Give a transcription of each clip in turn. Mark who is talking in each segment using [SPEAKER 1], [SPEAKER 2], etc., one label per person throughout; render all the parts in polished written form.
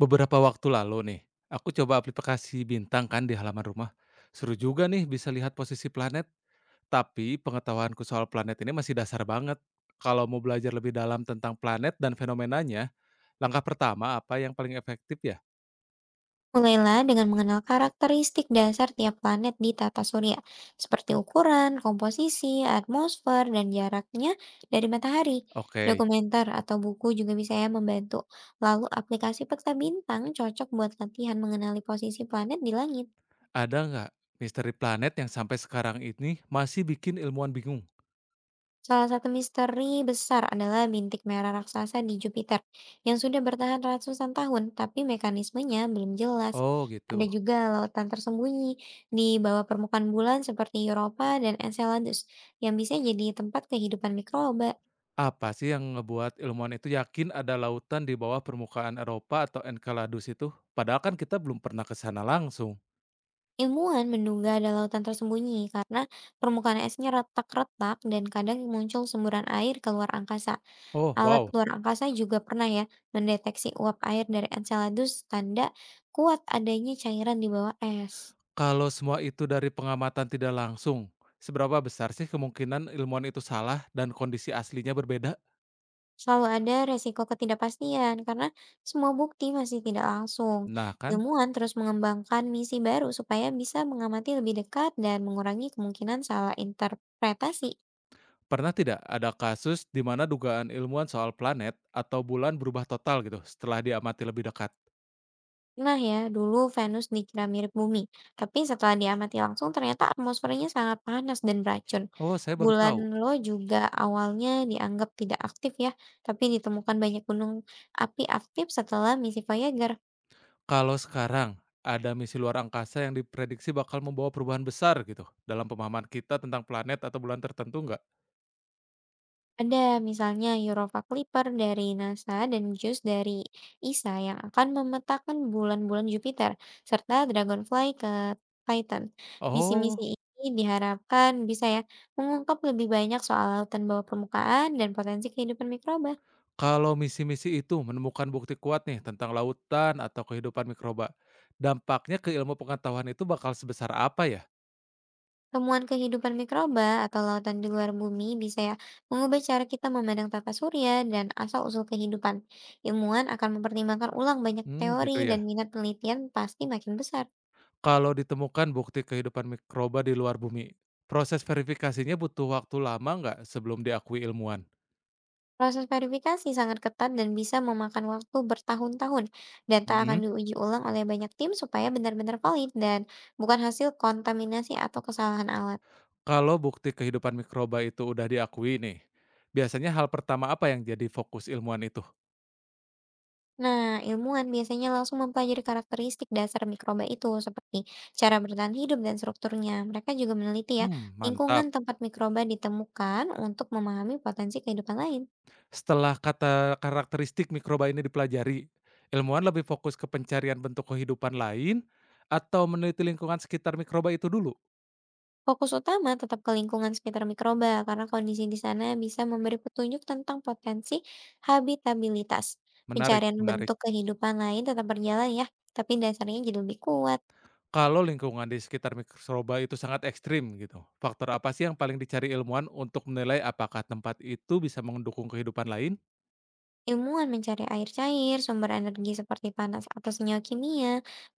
[SPEAKER 1] Beberapa waktu lalu nih, aku coba aplikasi bintang kan di halaman rumah. Seru juga nih bisa lihat posisi planet, tapi pengetahuanku soal planet ini masih dasar banget. Kalau mau belajar lebih dalam tentang planet dan fenomenanya, langkah pertama apa yang paling efektif ya?
[SPEAKER 2] Mulailah dengan mengenal karakteristik dasar tiap planet di tata surya, seperti ukuran, komposisi, atmosfer, dan jaraknya dari matahari.
[SPEAKER 1] Oke,
[SPEAKER 2] Dokumenter atau buku juga bisa ya membantu. Lalu aplikasi peta bintang cocok buat latihan mengenali posisi planet di langit.
[SPEAKER 1] ada nggak misteri planet yang sampai sekarang ini masih bikin ilmuwan bingung?
[SPEAKER 2] Salah satu misteri besar adalah bintik merah raksasa di Jupiter yang sudah bertahan ratusan tahun, tapi mekanismenya belum jelas.
[SPEAKER 1] Oh
[SPEAKER 2] Ada
[SPEAKER 1] gitu.
[SPEAKER 2] juga lautan tersembunyi di bawah permukaan bulan seperti Europa dan Enceladus yang bisa jadi tempat kehidupan mikroba.
[SPEAKER 1] Apa sih yang ngebuat ilmuwan itu yakin ada lautan di bawah permukaan Eropa atau Enceladus itu? Padahal kan kita belum pernah ke sana langsung.
[SPEAKER 2] Ilmuwan menduga ada lautan tersembunyi karena permukaan esnya retak-retak dan kadang muncul semburan air keluar angkasa.
[SPEAKER 1] Oh,
[SPEAKER 2] Alat
[SPEAKER 1] wow.
[SPEAKER 2] luar angkasa juga pernah ya mendeteksi uap air dari Enceladus, tanda kuat adanya cairan di bawah es.
[SPEAKER 1] Kalau semua itu dari pengamatan tidak langsung, seberapa besar sih kemungkinan ilmuwan itu salah dan kondisi aslinya berbeda?
[SPEAKER 2] Selalu ada resiko ketidakpastian karena semua bukti masih tidak langsung.
[SPEAKER 1] Nah kan,
[SPEAKER 2] Ilmuwan terus mengembangkan misi baru supaya bisa mengamati lebih dekat dan mengurangi kemungkinan salah interpretasi.
[SPEAKER 1] pernah tidak ada kasus di mana dugaan ilmuwan soal planet atau bulan berubah total gitu setelah diamati lebih dekat?
[SPEAKER 2] Nah ya, dulu Venus dikira mirip bumi, tapi setelah diamati langsung ternyata atmosfernya sangat panas dan beracun.
[SPEAKER 1] Oh, saya baru
[SPEAKER 2] Bulan
[SPEAKER 1] tahu.
[SPEAKER 2] Lo juga awalnya dianggap tidak aktif ya, tapi ditemukan banyak gunung api aktif setelah misi Voyager.
[SPEAKER 1] Kalau sekarang ada misi luar angkasa yang diprediksi bakal membawa perubahan besar gitu dalam pemahaman kita tentang planet atau bulan tertentu nggak?
[SPEAKER 2] Ada, misalnya Europa Clipper dari NASA dan JUICE dari ESA yang akan memetakan bulan-bulan Jupiter, serta Dragonfly ke Titan.
[SPEAKER 1] Oh,
[SPEAKER 2] Misi-misi ini diharapkan bisa ya mengungkap lebih banyak soal lautan bawah permukaan dan potensi kehidupan mikroba.
[SPEAKER 1] kalau misi-misi itu menemukan bukti kuat nih tentang lautan atau kehidupan mikroba, dampaknya ke ilmu pengetahuan itu bakal sebesar apa ya?
[SPEAKER 2] Temuan kehidupan mikroba atau lautan di luar bumi bisa ya mengubah cara kita memandang tata surya dan asal-usul kehidupan. Ilmuwan akan mempertimbangkan ulang banyak
[SPEAKER 1] Hmm, gitu
[SPEAKER 2] teori dan
[SPEAKER 1] ya.
[SPEAKER 2] minat penelitian pasti makin besar.
[SPEAKER 1] Kalau ditemukan bukti kehidupan mikroba di luar bumi, proses verifikasinya butuh waktu lama nggak sebelum diakui ilmuwan?
[SPEAKER 2] Proses verifikasi sangat ketat dan bisa memakan waktu bertahun-tahun. Data akan
[SPEAKER 1] Mm-mm.
[SPEAKER 2] diuji ulang oleh banyak tim supaya benar-benar valid dan bukan hasil kontaminasi atau kesalahan alat.
[SPEAKER 1] Kalau bukti kehidupan mikroba itu udah diakui nih, biasanya hal pertama apa yang jadi fokus ilmuwan itu?
[SPEAKER 2] Nah, ilmuwan biasanya langsung mempelajari karakteristik dasar mikroba itu, seperti cara bertahan hidup dan strukturnya. Mereka juga meneliti ya
[SPEAKER 1] Hmm, mantap.
[SPEAKER 2] lingkungan tempat mikroba ditemukan untuk memahami potensi kehidupan lain.
[SPEAKER 1] Setelah kata karakteristik mikroba ini dipelajari, ilmuwan lebih fokus ke pencarian bentuk kehidupan lain atau meneliti lingkungan sekitar mikroba itu dulu?
[SPEAKER 2] Fokus utama tetap ke lingkungan sekitar mikroba karena kondisi di sana bisa memberi petunjuk tentang potensi habitabilitas.
[SPEAKER 1] Menarik,
[SPEAKER 2] Pencarian
[SPEAKER 1] menarik.
[SPEAKER 2] bentuk kehidupan lain tetap berjalan ya, tapi dasarnya jadi lebih kuat.
[SPEAKER 1] Kalau lingkungan di sekitar mikroba itu sangat ekstrim gitu, faktor apa sih yang paling dicari ilmuwan untuk menilai apakah tempat itu bisa mendukung kehidupan lain?
[SPEAKER 2] Ilmuwan mencari air cair, sumber energi seperti panas atau senyawa kimia,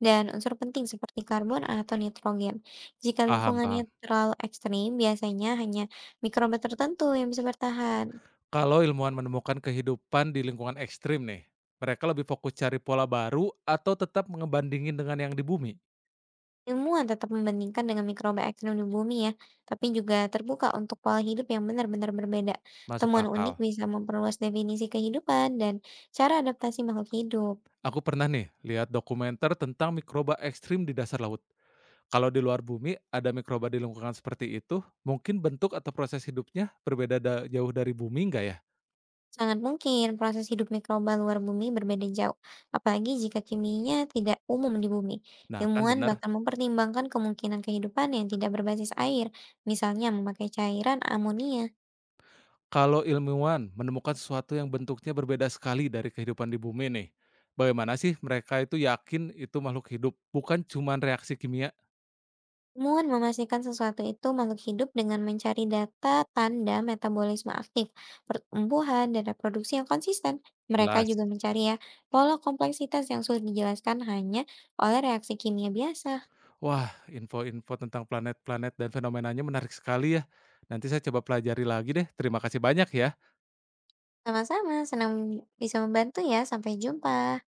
[SPEAKER 2] dan unsur penting seperti karbon atau nitrogen. Jika
[SPEAKER 1] Paham,
[SPEAKER 2] lingkungannya
[SPEAKER 1] paham.
[SPEAKER 2] terlalu ekstrim, biasanya hanya mikroba tertentu yang bisa bertahan.
[SPEAKER 1] Kalau ilmuwan menemukan kehidupan di lingkungan ekstrim nih, mereka lebih fokus cari pola baru atau tetap ngebandingin dengan yang di bumi?
[SPEAKER 2] Ilmuwan tetap membandingkan dengan mikroba ekstrem di bumi ya, tapi juga terbuka untuk pola hidup yang benar-benar berbeda.
[SPEAKER 1] Masuk
[SPEAKER 2] Temuan unik
[SPEAKER 1] akal.
[SPEAKER 2] bisa memperluas definisi kehidupan dan cara adaptasi makhluk hidup.
[SPEAKER 1] Aku pernah nih lihat dokumenter tentang mikroba ekstrim di dasar laut. Kalau di luar bumi ada mikroba di lingkungan seperti itu, mungkin bentuk atau proses hidupnya berbeda jauh dari bumi nggak ya?
[SPEAKER 2] Sangat mungkin proses hidup mikroba luar bumi berbeda jauh, apalagi jika kimianya tidak umum di bumi.
[SPEAKER 1] Nah kan
[SPEAKER 2] Ilmuwan
[SPEAKER 1] benar,
[SPEAKER 2] bahkan mempertimbangkan kemungkinan kehidupan yang tidak berbasis air, misalnya memakai cairan amonia.
[SPEAKER 1] kalau ilmuwan menemukan sesuatu yang bentuknya berbeda sekali dari kehidupan di bumi nih, bagaimana sih mereka itu yakin itu makhluk hidup, bukan cuman reaksi kimia?
[SPEAKER 2] Ilmuwan memastikan sesuatu itu makhluk hidup dengan mencari data tanda metabolisme aktif, pertumbuhan, dan reproduksi yang konsisten. Mereka
[SPEAKER 1] Jelas.
[SPEAKER 2] juga mencari ya pola kompleksitas yang sulit dijelaskan hanya oleh reaksi kimia biasa.
[SPEAKER 1] Wah, info-info tentang planet-planet dan fenomenanya menarik sekali ya. Nanti saya coba pelajari lagi deh. Terima kasih banyak ya.
[SPEAKER 2] Sama-sama, senang bisa membantu ya. Sampai jumpa.